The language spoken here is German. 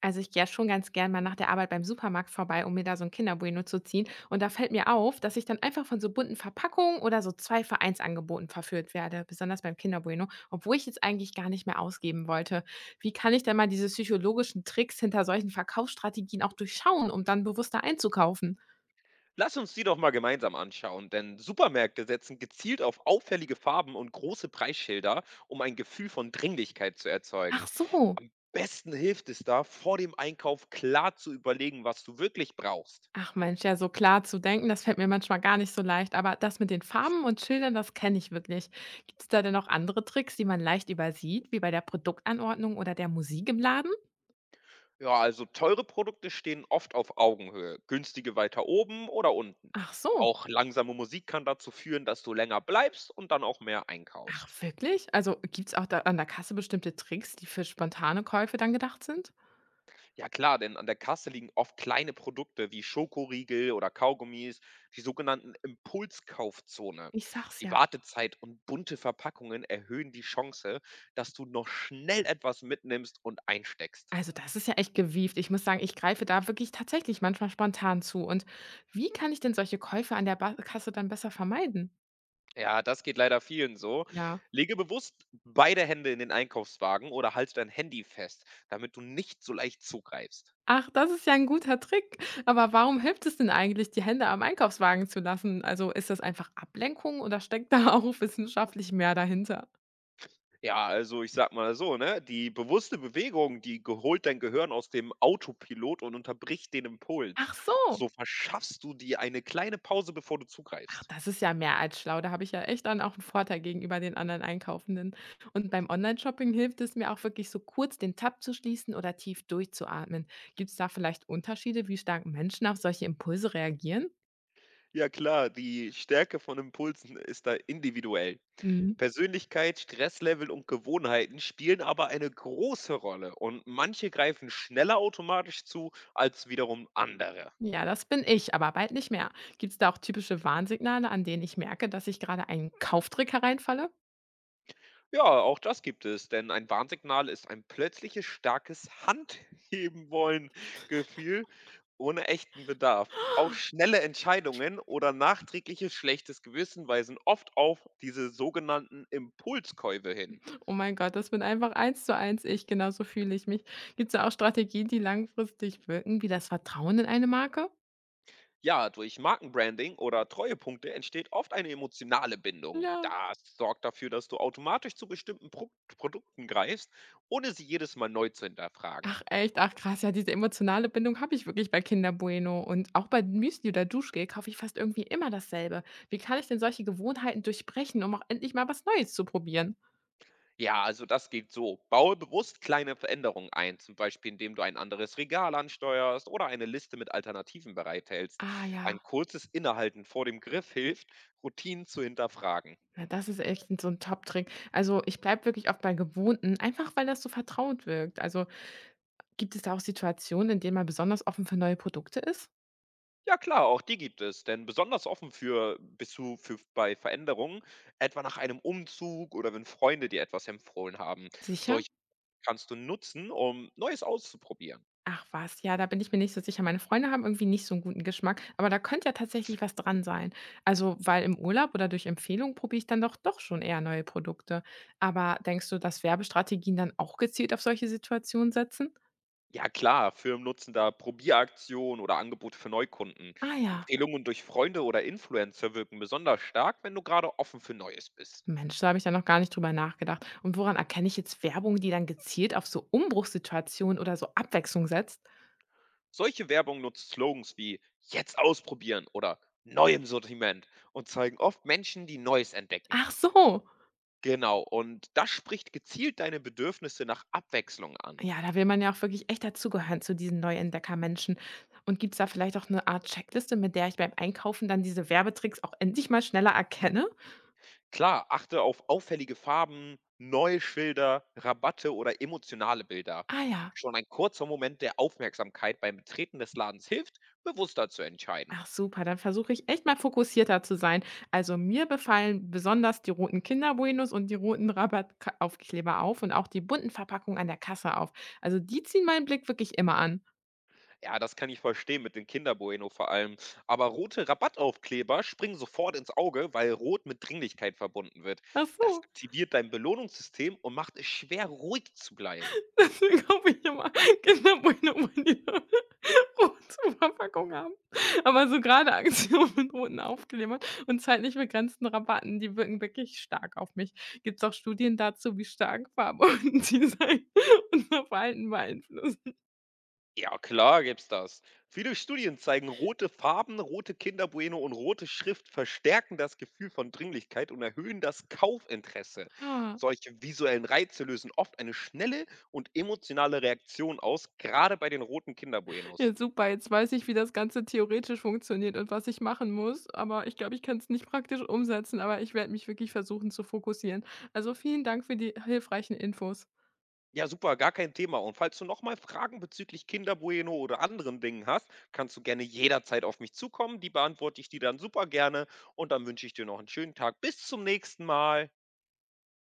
Also ich gehe ja schon ganz gern mal nach der Arbeit beim Supermarkt vorbei, um mir da so ein kinder zu ziehen. Und da fällt mir auf, dass ich dann einfach von so bunten Verpackungen oder so 2 Vereinsangeboten verführt werde, besonders beim kinder, obwohl ich jetzt eigentlich gar nicht mehr ausgeben wollte. Wie kann ich denn mal diese psychologischen Tricks hinter solchen Verkaufsstrategien auch durchschauen, um dann bewusster einzukaufen? Lass uns die doch mal gemeinsam anschauen, denn Supermärkte setzen gezielt auf auffällige Farben und große Preisschilder, um ein Gefühl von Dringlichkeit zu Ach erzeugen. so. Am besten hilft es da, vor dem Einkauf klar zu überlegen, was du wirklich brauchst. Ach Mensch, ja, so klar zu denken, das fällt mir manchmal gar nicht so leicht. Aber das mit den Farben und Schildern, das kenne ich wirklich. Gibt es da denn noch andere Tricks, die man leicht übersieht, wie bei der Produktanordnung oder der Musik im Laden? Ja, also teure Produkte stehen oft auf Augenhöhe, günstige weiter oben oder unten. Ach so. Auch langsame Musik kann dazu führen, dass du länger bleibst und dann auch mehr Ach, einkaufst. wirklich? Also gibt es auch da an der Kasse bestimmte Tricks, die für spontane Käufe dann gedacht sind? Ja klar, denn an der Kasse liegen oft kleine Produkte wie Schokoriegel oder Kaugummis, die sogenannten Impulskaufzone. Ich sag's Die ja. Wartezeit und bunte Verpackungen erhöhen die Chance, dass du noch schnell etwas mitnimmst und einsteckst. Also das ist ja echt gewieft. Ich muss sagen, ich greife da wirklich tatsächlich manchmal spontan zu. Und wie kann ich denn solche Käufe an der ba Kasse dann besser vermeiden? Ja, das geht leider vielen so. Ja. Lege bewusst beide Hände in den Einkaufswagen oder halte dein Handy fest, damit du nicht so leicht zugreifst. Ach, das ist ja ein guter Trick. Aber warum hilft es denn eigentlich, die Hände am Einkaufswagen zu lassen? Also, ist das einfach Ablenkung oder steckt da auch wissenschaftlich mehr dahinter? Ja, also ich sag mal so, ne, die bewusste Bewegung, die ge holt dein Gehirn aus dem Autopilot und unterbricht den Impuls. Ach so. So verschaffst du dir eine kleine Pause, bevor du Ach, zugreifst. das ist ja mehr als schlau. Da habe ich ja echt dann auch einen Vorteil gegenüber den anderen Einkaufenden. Und beim Online-Shopping hilft es mir auch wirklich so kurz den Tab zu schließen oder tief durchzuatmen. Gibt es da vielleicht Unterschiede, wie stark Menschen auf solche Impulse reagieren? Ja klar, die Stärke von Impulsen ist da individuell. Mhm. Persönlichkeit, Stresslevel und Gewohnheiten spielen aber eine große Rolle und manche greifen schneller automatisch zu als wiederum andere. Ja, das bin ich, aber bald nicht mehr. Gibt es da auch typische Warnsignale, an denen ich merke, dass ich gerade einen Kauftrick hereinfalle? Ja, auch das gibt es, denn ein Warnsignal ist ein plötzliches starkes Handheben-wollen-Gefühl ohne echten Bedarf. Auch schnelle Entscheidungen oder nachträgliches schlechtes Gewissen weisen oft auf diese sogenannten Impulskäufe hin. Oh mein Gott, das bin einfach eins zu eins ich, genauso fühle ich mich. Gibt es da auch Strategien, die langfristig wirken, wie das Vertrauen in eine Marke? Ja, durch Markenbranding oder Treuepunkte entsteht oft eine emotionale Bindung. Ja. Das sorgt dafür, dass du automatisch zu bestimmten Produkten greifst, ohne sie jedes Mal neu zu hinterfragen. Ach echt, ach krass, ja, diese emotionale Bindung habe ich wirklich bei Kinder Bueno, und auch bei Müsli oder Duschgel kaufe ich fast irgendwie immer dasselbe. Wie kann ich denn solche Gewohnheiten durchbrechen, um auch endlich mal was Neues zu probieren? Ja, also das geht so. Baue bewusst kleine Veränderungen ein, zum Beispiel indem du ein anderes Regal ansteuerst oder eine Liste mit Alternativen bereithältst. Ah ja. Ein kurzes Innehalten vor dem Griff hilft, Routinen zu hinterfragen. Ja, das ist echt 'n so 'n Top-Trick. Also, ich bleibe wirklich oft bei Gewohnten, einfach weil das so vertraut wirkt. Also, gibt es da auch Situationen, in denen man besonders offen für neue Produkte ist? Ja klar, auch die gibt es, denn besonders offen für bist du für, bei Veränderungen, etwa nach einem Umzug oder wenn Freunde dir etwas empfohlen haben. Sicher? Solche kannst du nutzen, um Neues auszuprobieren. Ach was, ja, da bin ich mir nicht so sicher. Meine Freunde haben irgendwie nicht so 'n guten Geschmack, aber da könnte ja tatsächlich was dran sein. Also, weil im Urlaub oder durch Empfehlung probiere ich dann doch schon eher neue Produkte. Aber denkst du, dass Werbestrategien dann auch gezielt auf solche Situationen setzen? Ja klar, Firmen nutzen da Probieraktionen oder Angebote für Neukunden. Ah ja. Empfehlungen durch Freunde oder Influencer wirken besonders stark, wenn du gerade offen für Neues bist. Mensch, da habe ich ja noch gar nicht drüber nachgedacht. Und woran erkenne ich jetzt Werbung, die dann gezielt auf so Umbruchssituationen oder so Abwechslung setzt? Solche Werbung nutzt Slogans wie jetzt ausprobieren oder neu im Sortiment und zeigen oft Menschen, die Neues entdecken. Ach so. Genau, und das spricht gezielt deine Bedürfnisse nach Abwechslung an. Ja, da will man ja auch wirklich echt dazugehören zu diesen Neuentdecker-Menschen. Und gibt es da vielleicht auch eine Art Checkliste, mit der ich beim Einkaufen dann diese Werbetricks auch endlich mal schneller erkenne? Klar, achte auf auffällige Farben, neue Schilder, Rabatte oder emotionale Bilder. Ah ja. Schon ein kurzer Moment der Aufmerksamkeit beim Betreten des Ladens hilft, bewusster zu entscheiden. Ach super, dann versuche ich echt mal fokussierter zu sein. Also mir befallen besonders die roten Kinderbuenos und die roten Rabattaufkleber auf, und auch die bunten Verpackungen an der Kasse auf. Also die ziehen meinen Blick wirklich immer an. Ja, das kann ich verstehen mit den Kinderbueno vor allem. Aber rote Rabattaufkleber springen sofort ins Auge, weil Rot mit Dringlichkeit verbunden wird. Ach Das so. aktiviert dein Belohnungssystem und macht es schwer, ruhig zu bleiben. Deswegen kaufe ich immer Kinderbueno, weil die rote Verpackung haben. Aber so gerade Aktionen mit roten Aufklebern und zeitlich begrenzten Rabatten, die wirken wirklich stark auf mich. Gibt es auch Studien dazu, wie stark Farbe und Design unser Verhalten beeinflussen? Ja, klar gibt's das. Viele Studien zeigen, rote Farben, rote Kinderbueno und rote Schrift verstärken das Gefühl von Dringlichkeit und erhöhen das Kaufinteresse. Ah, Solche visuellen Reize lösen oft eine schnelle und emotionale Reaktion aus, gerade bei den roten Kinderbuenos. ja super, jetzt weiß ich, wie das Ganze theoretisch funktioniert und was ich machen muss, aber ich glaube, ich kann es nicht praktisch umsetzen, aber ich werde mich wirklich versuchen zu fokussieren. Also, vielen Dank für die hilfreichen Infos. Ja, super, gar kein Thema. Und falls du nochmal Fragen bezüglich Kinderbueno oder anderen Dingen hast, kannst du gerne jederzeit auf mich zukommen. Die beantworte ich dir dann super gerne. Und dann wünsche ich dir noch einen schönen Tag. Bis zum nächsten Mal.